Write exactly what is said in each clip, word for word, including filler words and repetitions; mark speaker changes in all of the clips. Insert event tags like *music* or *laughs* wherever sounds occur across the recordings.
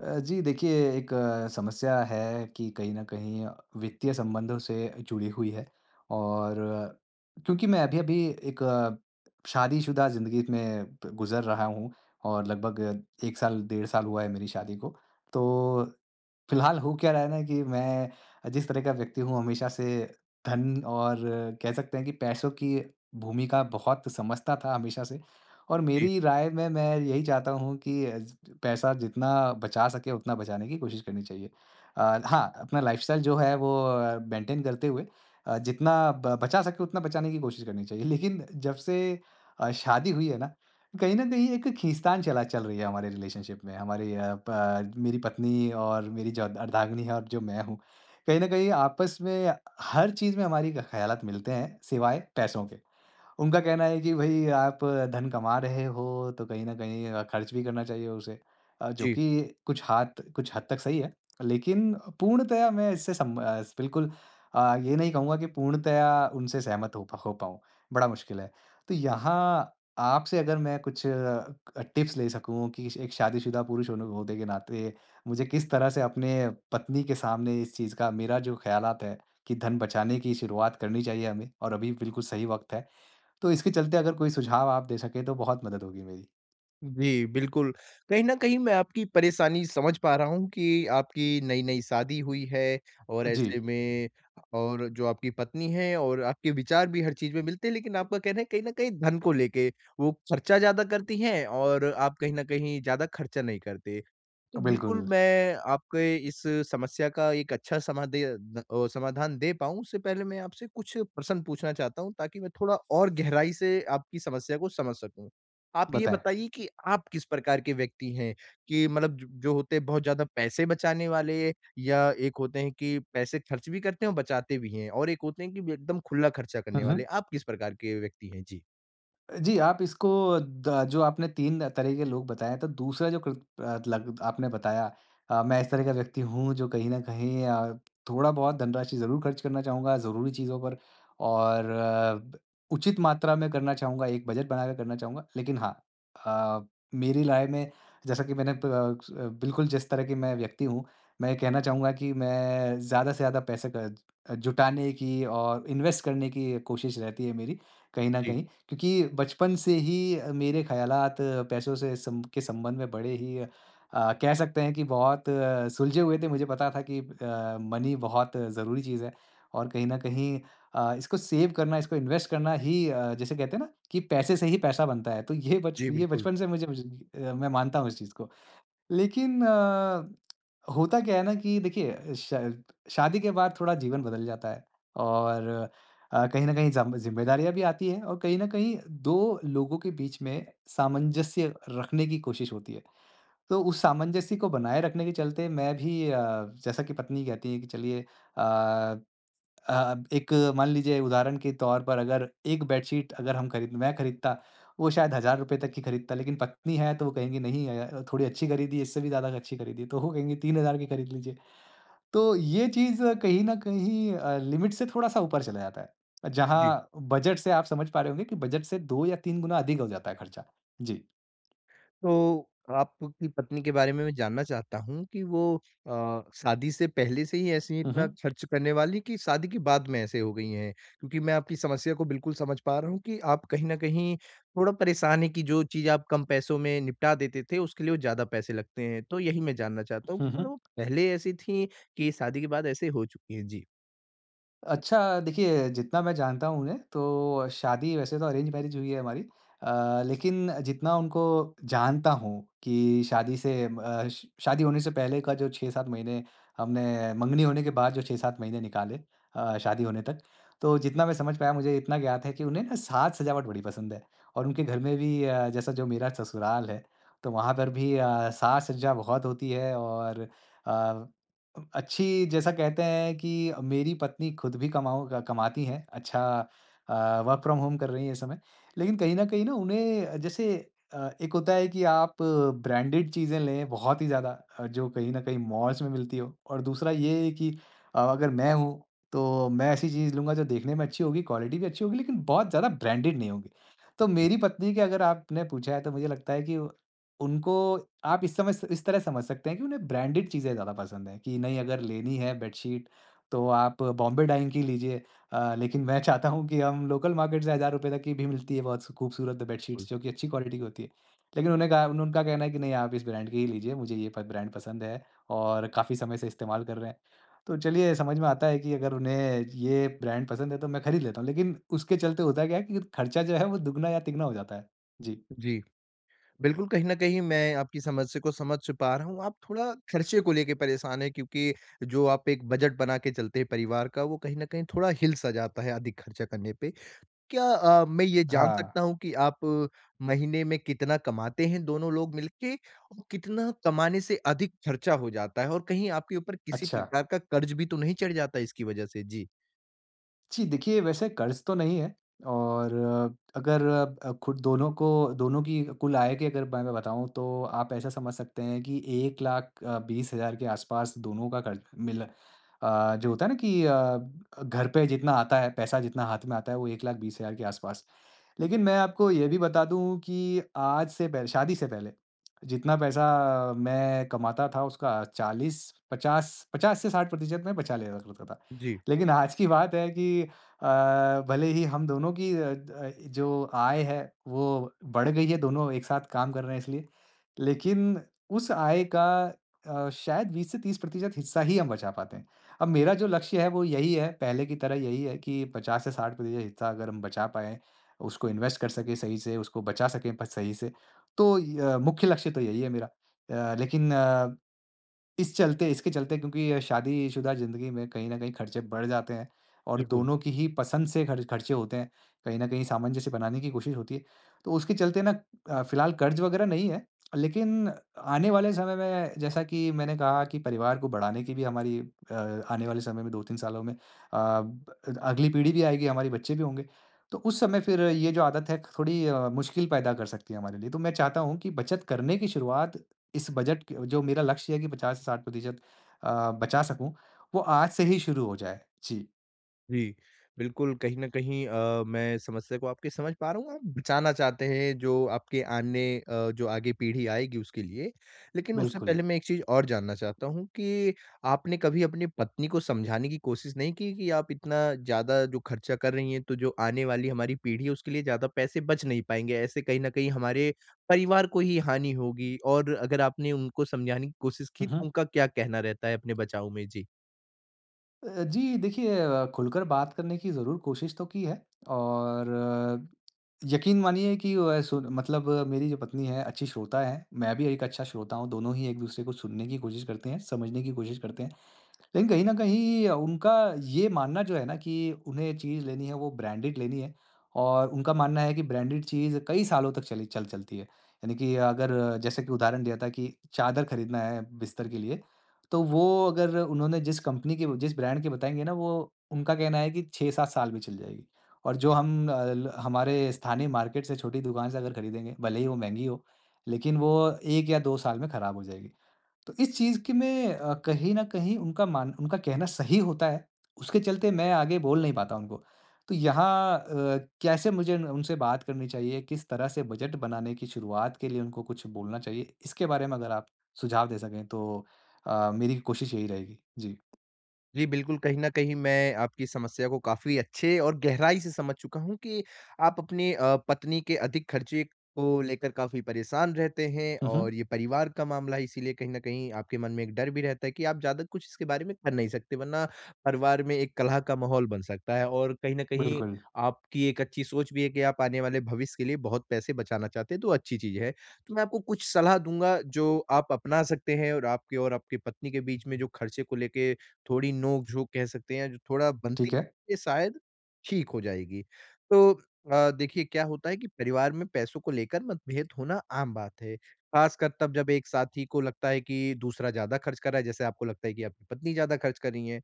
Speaker 1: अ, जी देखिए। एक अ, समस्या है कि कहीं न कहीं वित्तीय संबंधों से जुड़ी हुई है। और अ, क्योंकि मैं अभी-अभी एक अ, शादीशुदा ज़िंदगी में प गुज़र रहा हूँ और लगभग एक साल, डेढ़ साल हुआ है मेरी शादी को। तो फिलहाल हो क्या रहा है ना कि मैं जिस तरह का व्यक्ति हूँ हमेशा से, धन और कह सकते हैं कि पैसों की भूमिका बहुत समझता था हमेशा से। और
Speaker 2: जी,
Speaker 1: मेरी राय में मैं यही चाहता हूँ कि पैसा जितना बचा सके उतना बचाने की कोशिश करनी चाहिए। अ, हाँ, अपना लाइफस्टाइल जो है वो मेंटेन करते हुए, अ, जितना ब- बचा सके उतना बचाने की कोशिश करनी चाहिए। लेकिन जब से अ, शादी हुई है ना, कहीं न कहीं एक खींचतान चला चल रही है हमारे रिलेशनशिप में, हमारी अ, प मेरी पत्नी और मेरी जो अर्धांगिनी है और जो मैं हूँ। कहीं न कहीं आपस में हर चीज़ में हमारी ख़यालात मिलते हैं, सिवाय पैसों के। उनका कहना है कि भई आप धन कमा रहे हो, तो कहीं न कहीं अ, खर्च भी करना चाहिए उसे, अ, जो
Speaker 2: जी।
Speaker 1: कि कुछ हाथ कुछ हद तक सही है। लेकिन पूर्णतया मैं इससे सम अ, बिल्कुल, अ, ये नहीं कहूँगा कि पूर्णतया उनसे सहमत हो प हो पाऊँ, बड़ा मुश्किल है। तो यहाँ आपसे अगर मैं कुछ अ, टिप्स ले सकूँ कि एक शादीशुदा पुरुष होने होने के नाते मुझे किस तरह से अपने पत्नी के सामने इस चीज़ का मेरा जो ख़्यालात है कि धन बचाने की शुरुआत करनी चाहिए हमें, और अभी बिल्कुल सही वक़्त है। तो इसके चलते अगर कोई सुझाव आप दे सकें तो बहुत मदद होगी मेरी।
Speaker 2: जी, बिल्कुल। कहीं न कहीं मैं आपकी परेशानी समझ पा रहा हूँ कि आपकी नई-नई शादी हुई है और ऐसे
Speaker 1: जी,
Speaker 2: में और जो आपकी पत्नी है और आपके विचार भी हर चीज़ में मिलते हैं, लेकिन आपका कहना है कहीं न कहीं धन को लेके वो खर्चा ज़्यादा करती हैं और आप कहीं न कहीं ज़्यादा खर्चा नहीं करते। तो बिल्कुल
Speaker 1: बिल्कुल,
Speaker 2: मैं आपके इस समस्या का एक अच्छा समाधे द अ, समाधान दे पाऊँ, उससे पहले मैं आपसे कुछ प्रश्न पूछना चाहता हूँ ताकि मैं थोड़ा और गहराई से आपकी समस्या को समझ सकूँ। आप ये
Speaker 1: बताएँ।
Speaker 2: बताइए कि आप किस प्रकार के व्यक्ति हैं? कि मतलब ज जो होते हैं बहुत ज़्यादा पैसे बचाने वाले या एक होते हैं कि पैसे खर्च भी करते हैं और बचाते भी हैं और एक होते हैं कि एकदम खुला खर्चा
Speaker 1: हुँ,
Speaker 2: करने वाले।
Speaker 1: हुँ।
Speaker 2: आप किस प्रकार के व्यक्ति हैं? जी।
Speaker 1: जी, आप इसको द जो आपने तीन तरह के लोग बताए, तो दूसरा जो कृ अ, लग आपने बताया, अ, मैं इस तरह का व्यक्ति हूँ जो कहीं न कहीं अ, थोड़ा-बहुत धनराशि ज़रूर खर्च करना चाहूँगा ज़रूरी चीज़ों पर, और अ, ब उचित मात्रा में करना चाहूँगा, एक बजट बनाकर करना चाहूँगा। लेकिन हाँ, अ, मेरी राय में, जैसा कि मैंने प अ, स अ, बिल्कुल, जिस तरह की मैं व्यक्ति हूँ, मैं कहना चाहूँगा कि मैं ज़्यादा से ज़्यादा पैसे क जुटाने की और इन्वेस्ट करने की कोशिश रहती है मेरी, कहीं न
Speaker 2: जी।
Speaker 1: कहीं। क्योंकि बचपन से ही अ, मेरे ख़्यालात पैसों से सम के संबंध में बड़े ही, अ, कह सकते हैं कि बहुत अ, सुलझे हुए थे। मुझे पता था कि अ, मनी बहुत ज़रूरी चीज़ है। और कहीं न कहीं अ, इसको सेव करना, इसको इन्वेस्ट करना ही, अ, जिसे कहते हैं ना कि पैसे से ही पैसा बनता है। तो ये बच
Speaker 2: जी,
Speaker 1: ये
Speaker 2: बिल्कुल।
Speaker 1: बचपन से मुझे मुझे, अ, मैं मानता हूँ इस चीज़ को। लेकिन अ, होता क्या है ना कि देखिए शायद शादी के बाद थोड़ा जीवन बदल जाता है। और अ, कहीं न कहीं ज़म ज़िम्मेदारियाँ भी आती हैं, और कहीं न कहीं दो लोगों के बीच में सामंजस्य रखने की कोशिश होती है। तो उस सामंजस्य को बनाए रखने के चलते मैं भी, अ, जैसा कि पत्नी कहती है कि चलिए, अ अ, एक, मान लीजिए उदाहरण के तौर पर, अगर एक बेडशीट अगर हम खरीद मैं खरीदता, वो शायद हज़ार रुपए तक की खरीदता, लेकिन पत्नी है तो वो कहेंगी नहीं, अ, थोड़ी अच्छी खरीदी, इससे भी ज़्यादा अच्छी खरीदी, तो वो कहेंगी तीन हज़ार की खरीद लीजिए। तो ये चीज़ कहीं न कहीं अ, लिमिट से थोड़ा-सा ऊपर चला जाता है।
Speaker 2: जी।
Speaker 1: जहाँ बजट से आप समझ पा रहे होंगे कि बजट से दो या तीन गुना अधिक हो जाता है खर्चा। जी।
Speaker 2: तो आपकी पत्नी के बारे में मैं जानना चाहता हूँ कि वो अ, शादी से पहले से ही ऐसी
Speaker 1: हुँ,
Speaker 2: इतना
Speaker 1: हुँ।
Speaker 2: खर्च करने वाली कि शादी के बाद में ऐसे हो गई हैं? क्योंकि मैं आपकी समस्या को बिल्कुल समझ पा रहा हूँ कि आप कहीं न कहीं थोड़ा परेशान हैं कि जो चीज़ आप कम पैसों में निपटा देते थे, उसके लिए वो ज़्यादा पैसे लगते हैं। तो यही मैं जानना चाहता हूँ
Speaker 1: हुँ,
Speaker 2: कि मतलब
Speaker 1: हुँ।
Speaker 2: वो पहले ऐसी थीं कि शादी के बाद ऐसे हो चुकी हैं? जी।
Speaker 1: अच्छा, देखिए जितना मैं जानता हूँ उन्हें, तो शादी वैसे तो अरेंज मैरिज हुई है हमारी। अ, लेकिन जितना उनको जानता हूँ कि शादी से म अ, श शादी होने से पहले का जो छह सात महीने, हमने मंगनी होने के बाद जो छह सात महीने निकाले अ, शादी होने तक, तो जितना मैं समझ पाया, मुझे इतना ज्ञात है कि उन्हें ना साज-सजावट बड़ी पसंद है। और उनके घर
Speaker 2: जी,
Speaker 1: में भी, अ, जैसा जो मेरा ससुराल है, तो वहाँ पर भी अ, साज-सज्जा बहुत होती है। और अ अ, अच्छी जैसा कहते हैं कि मेरी पत्नी खुद भी कमाओ क कमाती हैं, अच्छा, अ, वर्क फ्रॉम होम कर रही हैं इस समय। लेकिन कहीं न कहीं ना उन्हें जैसे, अ, एक होता है कि आप ब्रांडेड चीज़ें लें बहुत ही ज़्यादा, अ, जो कहीं न कहीं मॉल्स में मिलती हो, और दूसरा ये है कि अ, अगर मैं हूँ, तो मैं ऐसी चीज़ लूँगा जो देखने में अच्छी होगी, क्वालिटी भी अच्छी होगी, लेकिन बहुत ज़्यादा ब्रांडेड नहीं होगी। तो
Speaker 2: जी,
Speaker 1: मेरी पत्नी के अगर आपने पूछा है तो मुझे लगता है कि उनको आप इस समय इस तरह समझ सकते हैं कि उन्हें ब्रांडेड चीज़ें ज़्यादा पसंद हैं कि नहीं। अगर लेनी है बेडशीट तो आप बॉम्बे डाइंग की लीजिए। अ, लेकिन मैं चाहता हूँ कि हम लोकल मार्केट से हज़ार रुपये तक की भी मिलती है बहुत खूबसूरत
Speaker 2: बिल्कुल।
Speaker 1: बेडशीट्स जो कि अच्छी क्वालिटी की होती है। लेकिन उन्हें कहा उन उनका कहना है कि नहीं, आप इस ब्रांड की ही लीजिए, मुझे ये प ब्रांड पसंद है और काफ़ी समय से इस्तेमाल कर रहे हैं। तो चलिए समझ में आता है कि अगर उन्हें ये ब्रांड पसंद है तो मैं खरीद लेता हूँ। लेकिन उसके चलते होता क्या है कि खर्चा जो है वो दुगना या तिगना हो जाता है। जी।
Speaker 2: जी। बिल्कुल, कहीं न कहीं मैं आपकी समस्या को समझ पा रहा हूँ। आप थोड़ा खर्चे को लेके परेशान हैं क्योंकि जो आप एक बजट बना के चलते हैं परिवार का, वो कहीं न कहीं थोड़ा हिल-सा जाता है अधिक खर्चा करने पे। क्या अ, मैं ये जान
Speaker 1: हाँ,
Speaker 2: सकता हूँ कि आप अ, महीने में कितना कमाते हैं दोनों लोग मिलके? और कितना कमाने से अधिक खर्चा हो जाता है? और कहीं आपके ऊपर किसी
Speaker 1: अच्छा।
Speaker 2: प्रकार का कर्ज़ भी तो नहीं चढ़ जाता इसकी वजह से? जी।
Speaker 1: जी, देखिए वैसे कर्ज़ तो नहीं है, और अ, अगर अ, खुद दोनों को दोनों की कुल आय की अगर मैं बताऊँ तो आप ऐसा समझ सकते हैं कि एक लाख बीस हज़ार के आसपास दोनों का कर्ज़ मिल अ, जो होता है ना कि अ, घर पे जितना आता है, पैसा जितना हाथ में आता है वो एक लाख बीस हज़ार के आसपास। लेकिन मैं आपको ये भी बता दूँ कि आज से पह शादी से पहले जितना पैसा मैं कमाता था उसका चालीस पचास पचास से साठ प्रतिशत मैं बचा लिया करता था।
Speaker 2: जी,
Speaker 1: लेकिन आज की बात है कि अ, भले ही हम दोनों की अ, अ, जो आय है वो बढ़ गई है, दोनों एक साथ काम कर रहे हैं इसलिए। लेकिन उस आय का अ, शायद बीस से तीस प्रतिशत हिस्सा ही हम बचा पाते हैं। अब मेरा जो लक्ष्य है वो यही है, पहले की तरह यही है कि पचास से साठ प्रतिशत हिस्सा अगर हम बचा पाएँ, उसको इन्वेस्ट कर सकें सही से, उसको बचा सकें प सही से, तो य अ, मुख्य लक्ष्य तो यही है मेरा। अ, लेकिन अ इस चलते इसके चलते, क्योंकि शादीशुदा ज़िंदगी में कहीं न कहीं खर्चे बढ़ जाते हैं और
Speaker 2: बिल्कुल।
Speaker 1: दोनों की ही पसंद से खर्च खर्चे होते हैं। कहीं न कहीं सामंजस्य बनाने की कोशिश होती है। तो उसके चलते ना, अ, फ़िलहाल कर्ज़ वग़ैरह नहीं है, लेकिन आने वाले समय में जैसा कि मैंने कहा कि परिवार को बढ़ाने की भी हमारी, अ, आने वाले समय में दो तीन सालों में अ, ब अगली पीढ़ी भी आएगी, हमारे बच्चे भी होंगे। तो उस समय फिर ये जो आदत है थोड़ी अ, मुश्किल पैदा कर सकती है हमारे लिए। तो मैं चाहता हूँ कि बचत करने की शुरुआत, इस बजट क जो मेरा लक्ष्य है कि पचास से साठ प्रतिशत अ, बचा सकूँ, वो आज से ही शुरू हो जाए। जी।
Speaker 2: जी, बिल्कुल, कहीं न कहीं अ, मैं समस्या को आपकी समझ पा रहा हूँ, आप बचाना चाहते हैं जो आपके आने अ, जो आगे पीढ़ी आएगी उसके लिए। लेकिन उससे
Speaker 1: बिल्कुल।
Speaker 2: पहले मैं एक चीज़ और जानना चाहता हूँ कि आपने कभी अपनी पत्नी को समझाने की कोशिश नहीं की कि आप इतना ज़्यादा जो खर्चा कर रही हैं, तो जो आने वाली हमारी पीढ़ी है उसके लिए ज़्यादा पैसे बच नहीं पाएँगे, ऐसे कहीं न कहीं हमारे परिवार को ही हानि होगी और अगर आपने उनको समझाने की कोशिश की
Speaker 1: हुँ,
Speaker 2: तो
Speaker 1: हुँ।
Speaker 2: उनका क्या कहना रहता है अपने बचाव में? जी।
Speaker 1: अ, जी, देखिए, अ, खुलकर बात करने की ज़रूर कोशिश तो की है। और अ, यकीन मानिए कि वो, अ, सुन मतलब, अ, मेरी जो पत्नी है अच्छी श्रोता है, मैं भी एक अच्छा श्रोता हूँ, दोनों ही एक-दूसरे को सुनने की कोशिश करते हैं, समझने की कोशिश करते हैं। लेकिन कहीं न कहीं उनका ये मानना जो है ना कि उन्हें चीज़ लेनी है वो ब्रांडेड लेनी है। और उनका मानना है कि ब्रांडेड चीज़ कई सालों तक चली चल चलती है। यानी कि अगर जैसे कि उदाहरण दिया था कि चादर खरीदना है बिस्तर के लिए, तो वो अगर उन्होंने जिस कंपनी के जिस ब्रांड के बताएँगे ना, वो उनका कहना है कि छह सात साल में चल जाएगी। और जो हम अ, ल हमारे स्थानीय मार्केट से छोटी दुकान से अगर खरीदेंगे, भले ही वो महँगी हो, लेकिन वो एक या दो साल में खराब हो जाएगी। तो इस चीज़ की मैं अ, कहीं न कहीं उनका मान उनका कहना सही होता है, उसके चलते मैं आगे बोल नहीं पाता उनको। तो यहाँ, अ, कैसे मुझे न उनसे बात करनी चाहिए, किस तरह से बजट बनाने की शुरुआत के लिए उनको कुछ बोलना चाहिए, इसके बारे में अगर आप सुझाव दे सकें तो, अ, मेरी कोशिश यही रहेगी। जी।
Speaker 2: जी, बिल्कुल, कहीं न कहीं मैं आपकी समस्या को काफ़ी अच्छे और गहराई से समझ चुका हूँ कि आप अपनी अ, पत्नी के अधिक खर्चे को लेकर काफ़ी परेशान रहते हैं
Speaker 1: हुँ,
Speaker 2: और
Speaker 1: हुँ।
Speaker 2: ये परिवार का मामला है, इसीलिए कहीं न कहीं आपके मन में एक डर भी रहता है कि आप ज़्यादा कुछ इसके बारे में कर नहीं सकते, वरना परिवार में एक कलह का माहौल बन सकता है और कहीं न कहीं
Speaker 1: बिल्कुल,
Speaker 2: आपकी एक अच्छी सोच भी है कि आप आने वाले भविष्य के लिए बहुत पैसे बचाना चाहते हैं, तो अच्छी चीज़ है। तो मैं आपको कुछ सलाह दूँगा, जो आप अपना सकते हैं और आपके और आपकी पत्नी के बीच में जो खर्चे को लेके थोड़ी नोक-झोंक कह सकते हैं, जो थोड़ा बनती
Speaker 1: ठीक है।
Speaker 2: है, शायद ठीक हो जाएगी। तो अ, देखिए क्या होता है कि परिवार में पैसों को लेकर मतभेद होना आम बात है। ख़ासकर तब जब एक साथी को लगता है कि दूसरा ज़्यादा खर्च कर रहा है, जैसे आपको लगता है कि आपकी पत्नी ज़्यादा खर्च कर रही हैं।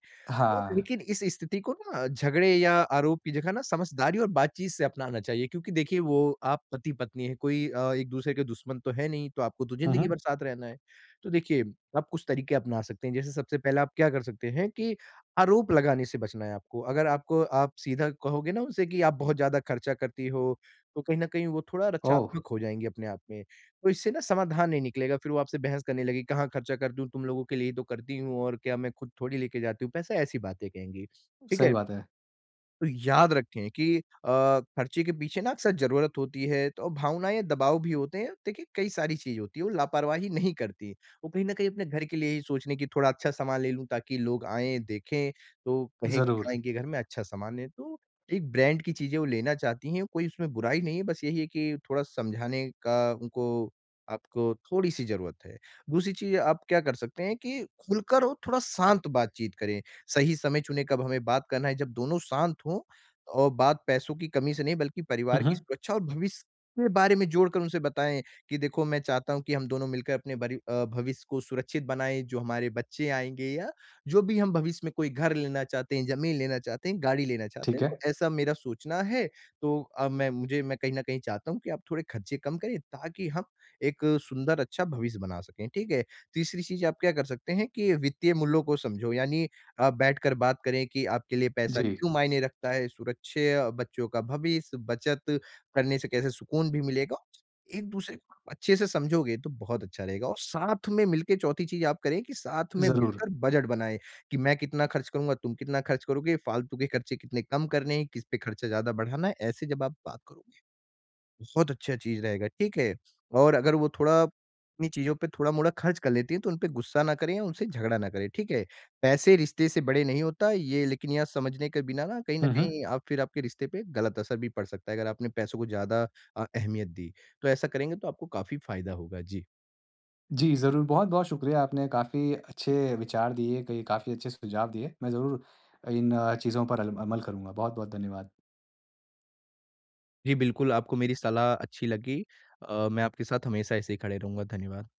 Speaker 2: और
Speaker 1: हाँ।
Speaker 2: लेकिन इस स्थिति को ना झगड़े या आरोप की जगह ना समझदारी और बातचीत से अपनाना चाहिए क्योंकि देखिए वो आप पति-पत्नी हैं, कोई अ, एक-दूसरे के दुश्मन तो है नहीं, तो आपको तो
Speaker 1: हुँ,
Speaker 2: ज़िंदगी
Speaker 1: हुँ।
Speaker 2: भर साथ रहना है। तो देखिए, आप कुछ तरीके अपना सकते हैं, जैसे सबसे पहले आप क्या कर सकते हैं कि आरोप लगाने से बचना है आपको। अगर आपको आप सीधा कहोगे ना उनसे कि आप बहुत ज़्यादा खर्चा करती हो, तो कहीं न कहीं वो थोड़ा
Speaker 1: ओह!
Speaker 2: रक्षात्मक हो जाएँगे अपने आप में। तो इससे ना समाधान नहीं निकलेगा, फिर वो आपसे बहस करने लगेगी, "कहाँ खर्चा कर दूँ? तुम लोगों के लिए ही तो करती हूँ और क्या मैं खुद थोड़ी लेके जाती हूँ पैसा?" ऐसी बातें कहेंगी, ठीक है?
Speaker 1: सही बात है।
Speaker 2: तो याद रखें कि अ, खर्चे के पीछे ना अक्सर ज़रूरत होती है तो भावनाएँ, दबाव भी होते हैं। देखिए कई सारी चीज़ होती है, वो लापरवाही *laughs* नहीं करती। वो कहीं न कहीं अपने घर के लिए ही सोचने की थोड़ा अच्छा सामान ले लूँ ताकि लोग आएँ, देखें तो कहें कि हाँ,
Speaker 1: ज़रूर।
Speaker 2: इनके घर में अच्छा सामान है। तो एक ब्रांड की चीज़ें वो लेना चाहती हैं, कोई उसमें बुराई नहीं है, बस यही है कि थोड़ा समझाने का उनको आपको थोड़ी-सी ज़रूरत है। दूसरी चीज़ आप क्या कर सकते हैं कि खुलकर और थोड़ा शांत बातचीत करें। सही समय चुनें कब हमें बात करना है, जब दोनों शांत हों और बात पैसों की कमी से नहीं बल्कि
Speaker 1: हुँ,
Speaker 2: परिवार की
Speaker 1: हुँ।
Speaker 2: सुरक्षा और भविष्य के बारे में जोड़कर उनसे बताएँ कि देखो मैं चाहता हूँ कि हम दोनों मिलकर अपने बरि अ, भविष्य को सुरक्षित बनाएँ, जो हमारे बच्चे आएँगे या जो भी हम भविष्य में कोई घर लेना चाहते हैं, ज़मीन लेना चाहते हैं, गाड़ी लेना चाहते हैं,
Speaker 1: ठीक
Speaker 2: तो
Speaker 1: है।
Speaker 2: ऐसा मेरा सोचना है। तो अ, मैं मुझे मैं कहीं न कहीं चाहता हूँ कि आप थोड़े खर्चे कम करें ताकि हम एक सुंदर अच्छा भविष्य बना सकें, ठीक है? तीसरी चीज़ आप क्या कर सकते हैं कि वित्तीय मूल्यों को समझो यानी अ, बैठकर बात करें कि आपके लिए पैसा
Speaker 1: जी,
Speaker 2: क्यों मायने रखता है, सुरक्षा, बच्चों का भविष्य, बचत करने से कैसे सुकून भी मिलेगा। एक-दूसरे को आप अच्छे से समझोगे तो बहुत अच्छा रहेगा और साथ में मिलके चौथी चीज़ आप करें कि साथ में
Speaker 1: ज़रूर।
Speaker 2: मिलकर बजट बनाएँ कि मैं कितना खर्च करूँगा, तुम कितना खर्च करोगे, फालतू के खर्चे कितने कम करने हैं, किस पे खर्चा ज़्यादा बढ़ाना है, ऐसे जब आप बात करो बहुत अच्छा चीज़ रहेगा, ठीक है? और अगर वो थोड़ा अपनी चीज़ों पे थोड़ा-मोड़ा खर्च कर लेती हैं, तो उन पे गुस्सा ना करें या उनसे झगड़ा ना करें, ठीक है? पैसे रिश्ते से बड़े नहीं होता ये लेकिन यह समझने के बिना ना कहीं न
Speaker 1: हुँ, हुँ।
Speaker 2: कहीं आप फिर आपके रिश्ते पे गलत असर भी पड़ सकता है, अगर आपने पैसों को ज़्यादा अ, अहमियत दी। तो ऐसा करेंगे तो आपको काफ़ी फ़ायदा होगा। जी।
Speaker 1: जी, ज़रूर। बहुत-बहुत शुक्रिया। आपने काफ़ी अच्छे विचार दिए, कई काफ़ी अच्छे सुझाव दिए। मैं ज़रूर इन अ, चीज़ों पर अल अमल करूँगा। बहुत-बहुत धन्यवाद।
Speaker 2: जी, बिल्कुल आपको मेरी सलाह अच्छी लगी। अ, मैं आपके साथ हमेशा ऐसे ही खड़े रहूँगा। धन्यवाद।